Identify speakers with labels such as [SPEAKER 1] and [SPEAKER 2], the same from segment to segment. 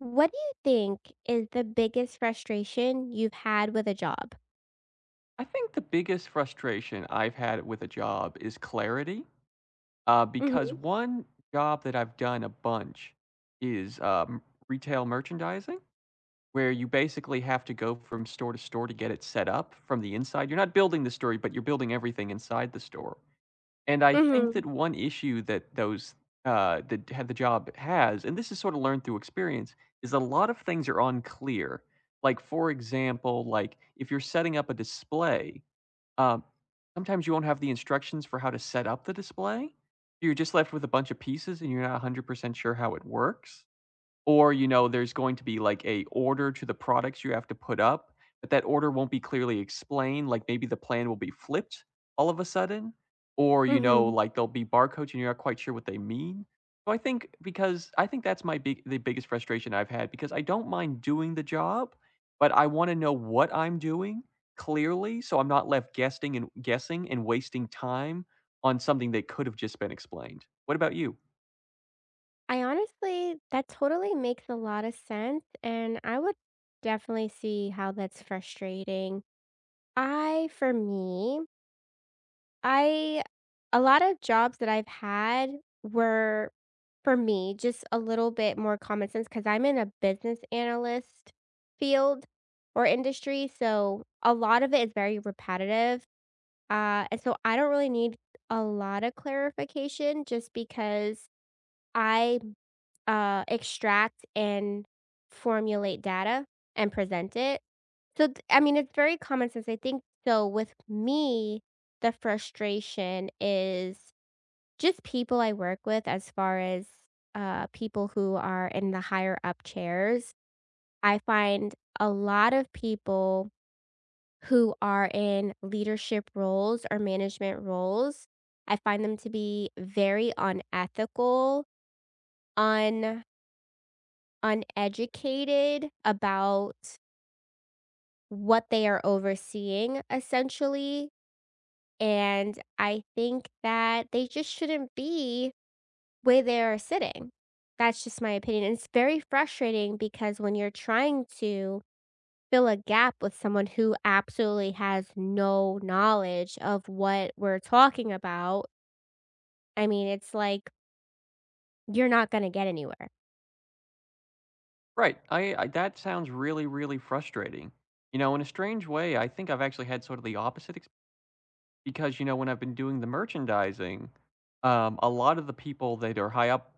[SPEAKER 1] What do you think is the biggest frustration you've had with a job?
[SPEAKER 2] I think the biggest frustration I've had with a job is clarity, because
[SPEAKER 1] Mhm.
[SPEAKER 2] one job that I've done a bunch is retail merchandising, where you basically have to go from store to store to get it set up from the inside. You're not building the store, but you're building everything inside the store. And I think
[SPEAKER 1] Mhm.
[SPEAKER 2] that one issue that those that had the job has, and this is sort of learned through experience, is a lot of things are unclear. Like for example, like if you're setting up a display um, sometimes you won't have the instructions for how to set up the display. You're just left with a bunch of pieces and you're not 100% sure how it works. Or, you know, there's going to be, like, a order to the products you have to put up, but that order won't be clearly explained, like, maybe the plan will be flipped all of a sudden, or, you know,
[SPEAKER 1] Mhm.
[SPEAKER 2] like, there'll be barcodes and you're not quite sure what they mean. So I think that's my big the biggest frustration I've had because I don't mind doing the job, but I wanna know what I'm doing clearly, so I'm not left guessing and guessing and wasting time on something that could have just been explained. What about you?
[SPEAKER 1] I honestly that totally makes a lot of sense, and I would definitely see how that's frustrating. I for me, I a lot of jobs that I've had were for me just a little bit more common sense because I'm in a business analyst field or industry, so a lot of it is very repetitive. And so I don't really need a lot of clarification just because I extract and formulate data and present it. So, I mean, it's very common sense. I think so. With me, the frustration is just people I work with as far as people who are in the higher up chairs. I find a lot of people who are in leadership roles or management roles. I find them to be very unethical, un uneducated about what they are overseeing essentially, and I think that they just shouldn't be where they are sitting. That's just my opinion. It's very frustrating because when you're trying to fill a gap with someone who absolutely has no knowledge of what we're talking about, I mean, it's like you're not going to get anywhere.
[SPEAKER 2] Right. I that sounds really, really frustrating. You know, in a strange way, I think I've actually had sort of the opposite ex because, you know, when I've been doing the merchandising, a lot of the people that are high up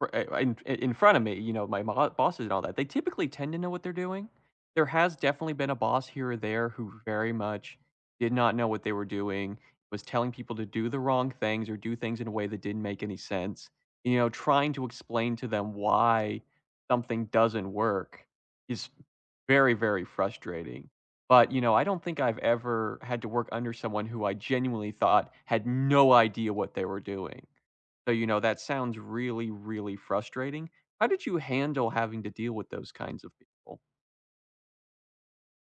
[SPEAKER 2] in front of me, you know, bosses and all that, they typically tend to know what they're doing. There has definitely been a boss here or there who very much did not know what they were doing, was telling people to do the wrong things or do things in a way that didn't make any sense. You know, trying to explain to them why something doesn't work is very, very frustrating. But, you know, I don't think I've ever had to work under someone who I genuinely thought had no idea what they were doing, so, you know, that sounds really, really frustrating. How did you handle having to deal with those kinds of people?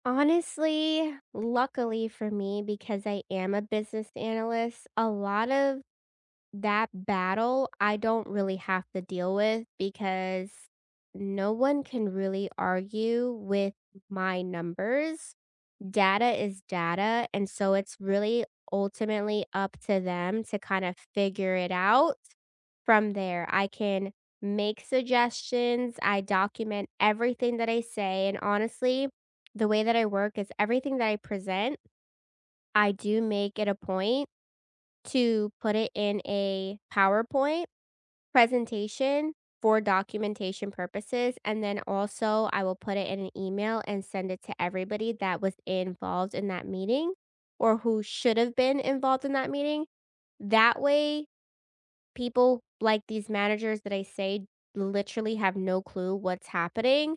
[SPEAKER 1] Honestly, luckily for me, because I am a business analyst, a lot of that battle I don't really have to deal with because no one can really argue with my numbers. Data is data, and so it's really ultimately up to them to kind of figure it out from there. I can make suggestions. I document everything that I say, and honestly, the way that I work is everything that I present, I do make it a point to put it in a PowerPoint presentation for documentation purposes, and then also I will put it in an email and send it to everybody that was involved in that meeting or who should have been involved in that meeting. That way, people like these managers that I say literally have no clue what's happening.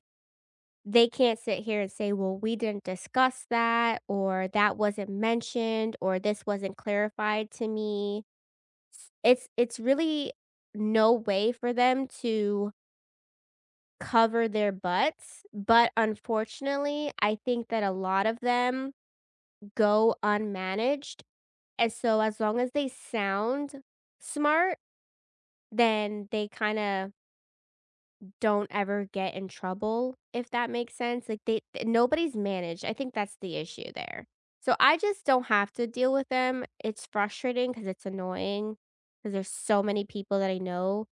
[SPEAKER 1] They can't sit here and say, well, we didn't discuss that, or that wasn't mentioned, or this wasn't clarified to me. It's really no way for them to cover their butts, but unfortunately, I think that a lot of them go unmanaged, and so as long as they sound smart, then they kinda don't ever get in trouble, if that makes sense. Like, nobody's managed. I think that's the issue there. So I just don't have to deal with them. It's frustrating because it's annoying because there's so many people that I know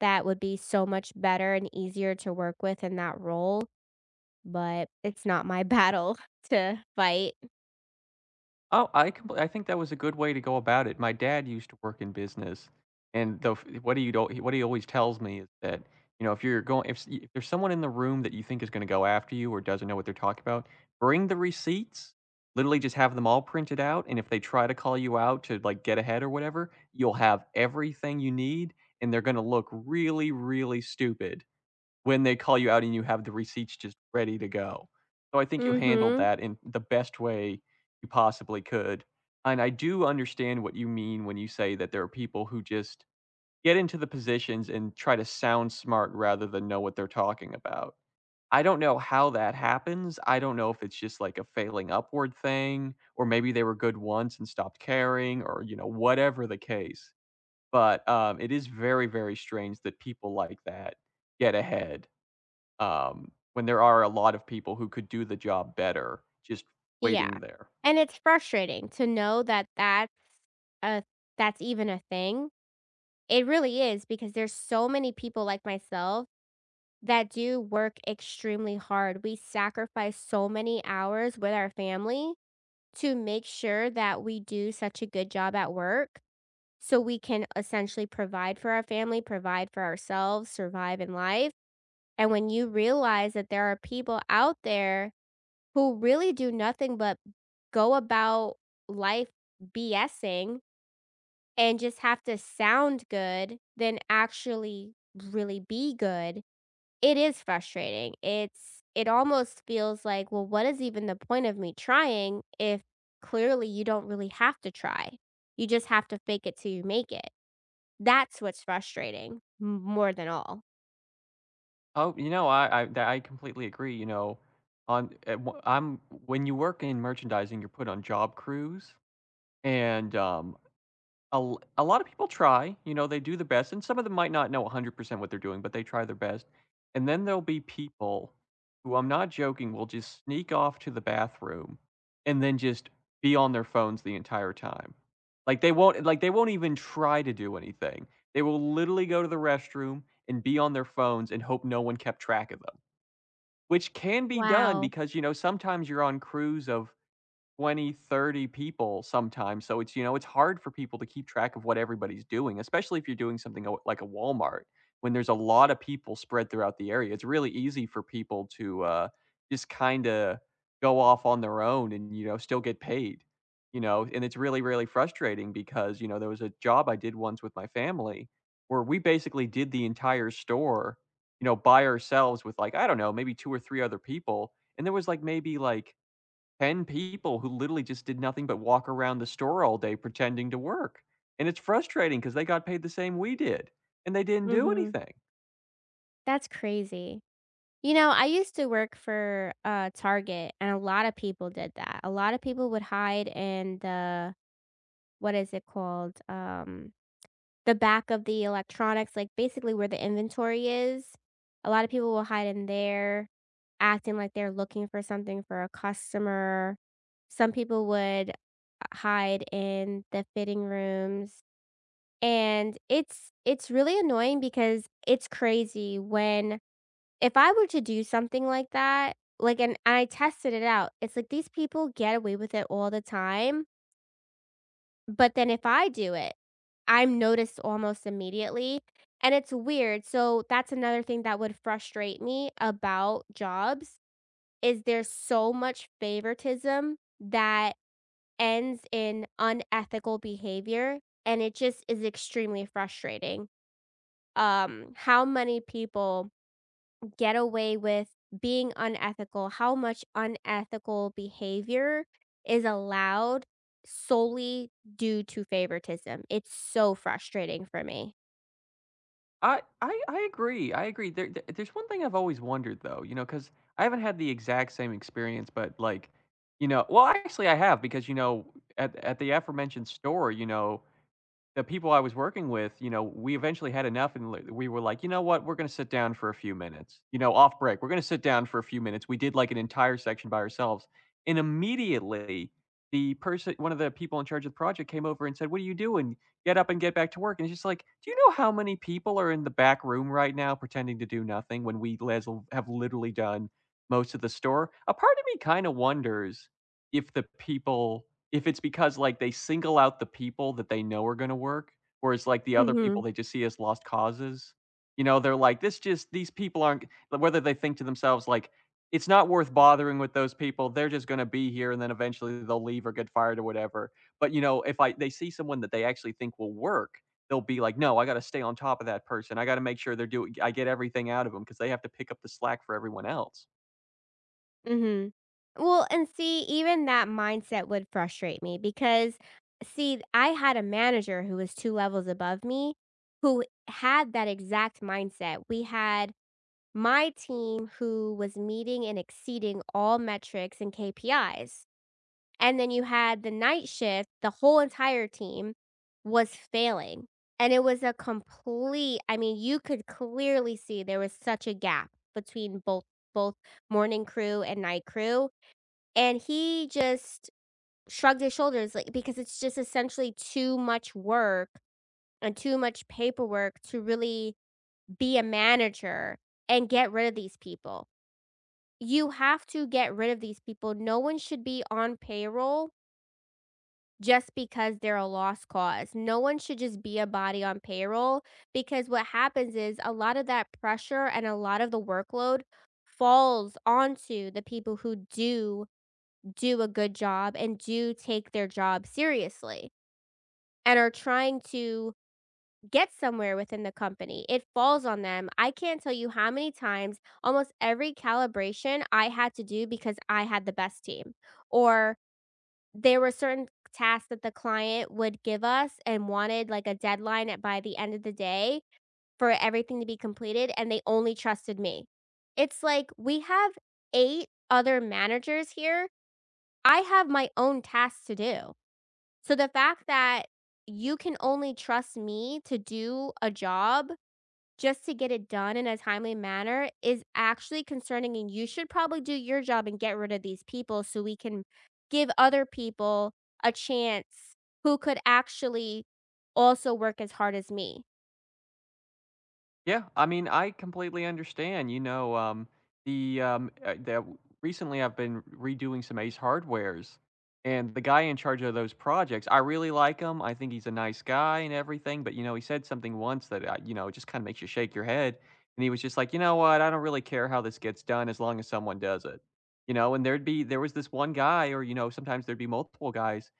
[SPEAKER 1] that would be so much better and easier to work with in that role. But it's not my battle to fight.
[SPEAKER 2] I think that was a good way to go about it. My dad used to work in business, and the f- what he do- what he always tells me is that, you know, if you're going if, s- if there's someone in the room that you think is going to go after you or doesn't know what they're talking about, bring the receipts. Literally, just have them all printed out, and if they try to call you out to like get ahead or whatever, you'll have everything you need, and they're going to look really, really stupid when they call you out and you have the receipts just ready to go. So I think you handled
[SPEAKER 1] Mhm.
[SPEAKER 2] that in the best way you possibly could, and I do understand what you mean when you say that there are people who just get into the positions and try to sound smart rather than know what they're talking about. I don't know how that happens. I don't know if it's just like a failing upward thing, or maybe they were good once and stopped caring or, you know, whatever the case, but, it is very, very strange that people like that get ahead. When there are a lot of people who could do the job better just
[SPEAKER 1] Yeah.
[SPEAKER 2] waiting there.
[SPEAKER 1] And it's frustrating to know that a that's even a thing. It really is because there's so many people like myself that do work extremely hard. We sacrifice so many hours with our family to make sure that we do such a good job at work so we can essentially provide for our family, provide for ourselves, survive in life. And when you realize that there are people out there who really do nothing but go about life BSing and just have to sound good than actually really be good, it is frustrating. It almost feels like, well, what is even the point of me trying if clearly you don't really have to try? You just have to fake it till you make it. That's what's frustrating more than all.
[SPEAKER 2] Oh, you know, I completely agree, you know, on at w I'm when you work in merchandising, you're put on job crews, and, a lot of people try, you know, they do the best, and some of them might not know 100% what they're doing, but they try their best, and then there'll be people who, I'm not joking, will just sneak off to the bathroom and then just be on their phones the entire time. Like, they won't even try to do anything. They will literally go to the restroom and be on their phones and hope no one kept track of them, which can be done
[SPEAKER 1] Wow.
[SPEAKER 2] because, you know, sometimes you're on crews of 20, 30 people sometimes, so it's, you know, it's hard for people to keep track of what everybody's doing, especially if you're doing something o like a Walmart. When there's a lot of people spread throughout the area, it's really easy for people to, just kinda go off on their own and, you know, still get paid, you know? And it's really, really frustrating because, you know, there was a job I did once with my family where we basically did the entire store, you know, by ourselves with, like, I don't know, maybe 2 or 3 other people, and there was, like, maybe, like, 10 people who literally just did nothing but walk around the store all day pretending to work. And it's frustrating because they got paid the same we did, and they didn't do
[SPEAKER 1] Mhm.
[SPEAKER 2] anything.
[SPEAKER 1] That's crazy. You know, I used to work for, Target, and a lot of people did that. A lot of people would hide in the what is it called? The back of the electronics, like, basically where the inventory is. A lot of people will hide in there, acting like they're looking for something for a customer. Some people would, hide in the fitting rooms, and it's really annoying because it's crazy when if I were to do something like that, like, and I tested it out, it's like these people get away with it all the time, but then if I do it, I'm noticed almost immediately, and it's weird. So that's another thing that would frustrate me about jobs is there's so much favoritism that ends in unethical behavior, and it just is extremely frustrating. How many people get away with being unethical, how much unethical behavior is allowed solely due to favoritism. It's so frustrating for me.
[SPEAKER 2] I agree, I agree. There's one thing I've always wondered though, you know, because I haven't had the exact same experience, but, like, you know, well, actually I have because, you know, at the aforementioned store, you know, the people I was working with, you know, we eventually had enough and li we were like, "You know what? We're gonna sit down for a few minutes." You know, off break, "We're gonna sit down for a few minutes." We did, like, an entire section by ourselves, and immediately, the person one of the people in charge of the project came over and said, "What are you doing? Get up and get back to work." And it's just like, do you know how many people are in the back room right now pretending to do nothing when we les have literally done most of the store? A part of me kinda wonders if the people if it's because, like, they single out the people that they know are gonna work, whereas, like, the other people
[SPEAKER 1] Mhm.
[SPEAKER 2] they just see as lost causes. You know, they're like, "This just these people aren't," whether they think to themselves, like, "It's not worth bothering with those people, they're just gonna be here, and then eventually they'll leave or get fired or whatever." But, you know, if I they see someone that they actually think will work, they'll be like, "No, I gotta stay on top of that person, I gotta make sure they're doing I get everything out of them because they have to pick up the slack for everyone else."
[SPEAKER 1] Mhm. Well, and see, even that mindset would frustrate me because see, I had a manager who was 2 levels above me who had that exact mindset. We had my team who was meeting and exceeding all metrics and KPIs. And then you had the night shift, the whole entire team was failing. And it was a complete I mean, you could clearly see there was such a gap between both morning crew and night crew, and he just shrugged his shoulders, like, because it's just essentially too much work and too much paperwork to really be a manager and get rid of these people. You have to get rid of these people. No one should be on payroll just because they're a lost cause. No one should just be a body on payroll because what happens is a lot of that pressure and a lot of the workload falls onto the people who do a good job and do take their job seriously and are trying to get somewhere within the company. It falls on them. I can't tell you how many times almost every calibration I had to do because I had the best team or there were certain tasks that the client would give us and wanted, like, a deadline at by the end of the day for everything to be completed, and they only trusted me. It's like, we have 8 other managers here. I have my own tasks to do. So the fact that you can only trust me to do a job just to get it done in a timely manner is actually concerning and you should probably do your job and get rid of these people so we can give other people a chance who could actually also work as hard as me.
[SPEAKER 2] Yeah, I mean, I completely understand. You know, the that recently I've been redoing some Ace Hardwares, and the guy in charge of those projects, I really like him. I think he's a nice guy and everything. But you know, he said something once that, you know, just kind of makes you shake your head. And he was just like, you know what? I don't really care how this gets done as long as someone does it. You know, and there was this one guy, or you know, sometimes there'd be multiple guys,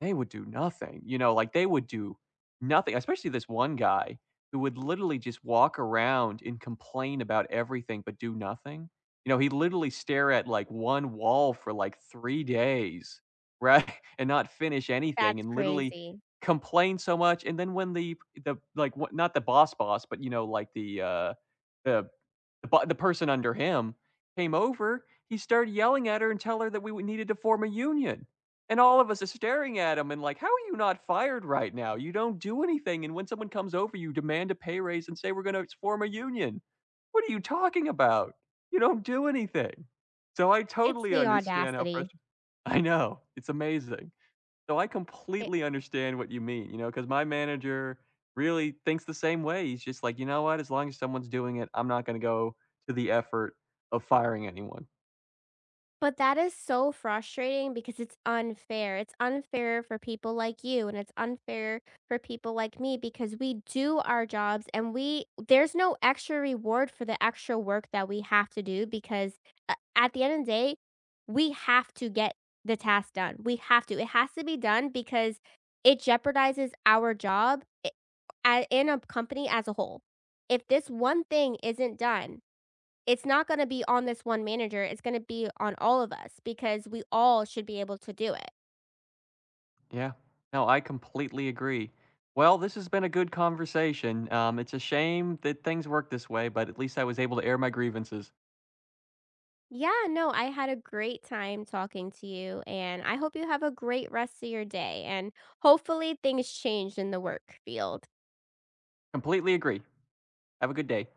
[SPEAKER 2] they would do nothing, you know, like, they would do nothing, especially this one guy who would literally just walk around and complain about everything but do nothing. You know, he'd literally stare at, like, one wall for, like, 3 days, right? And not finish anything
[SPEAKER 1] That's
[SPEAKER 2] and literally
[SPEAKER 1] crazy.
[SPEAKER 2] complain so much, and then when the like, what not the boss boss, but, you know, like, the but the person under him came over, he started yelling at her and tell her that we needed to form a union, and all of us are staring at him and like, "How are you not fired right now? You don't do anything, and when someone comes over, you demand a pay raise and say 'We're gonna form a union.' What are you talking about? You don't do anything." So I
[SPEAKER 1] It's
[SPEAKER 2] totally
[SPEAKER 1] the
[SPEAKER 2] understand how
[SPEAKER 1] audacity.
[SPEAKER 2] frust I know, it's amazing. So I completely understand what you mean, you know, because my manager really thinks the same way. He's just like, "You know what? As long as someone's doing it, I'm not gonna go to the effort of firing anyone."
[SPEAKER 1] But that is so frustrating because it's unfair. It's unfair for people like you and it's unfair for people like me because we do our jobs and we there's no extra reward for the extra work that we have to do because at the end of the day, we have to get the task done. We have to. It has to be done because it jeopardizes our job in a company as a whole. If this one thing isn't done, it's not gonna be on this one manager, it's gonna be on all of us because we all should be able to do it.
[SPEAKER 2] Yeah. No, I completely agree. Well, this has been a good conversation. It's a shame that things work this way, but at least I was able to air my grievances.
[SPEAKER 1] Yeah, no, I had a great time talking to you, and I hope you have a great rest of your day, and hopefully things change in the work field.
[SPEAKER 2] Completely agree. Have a good day.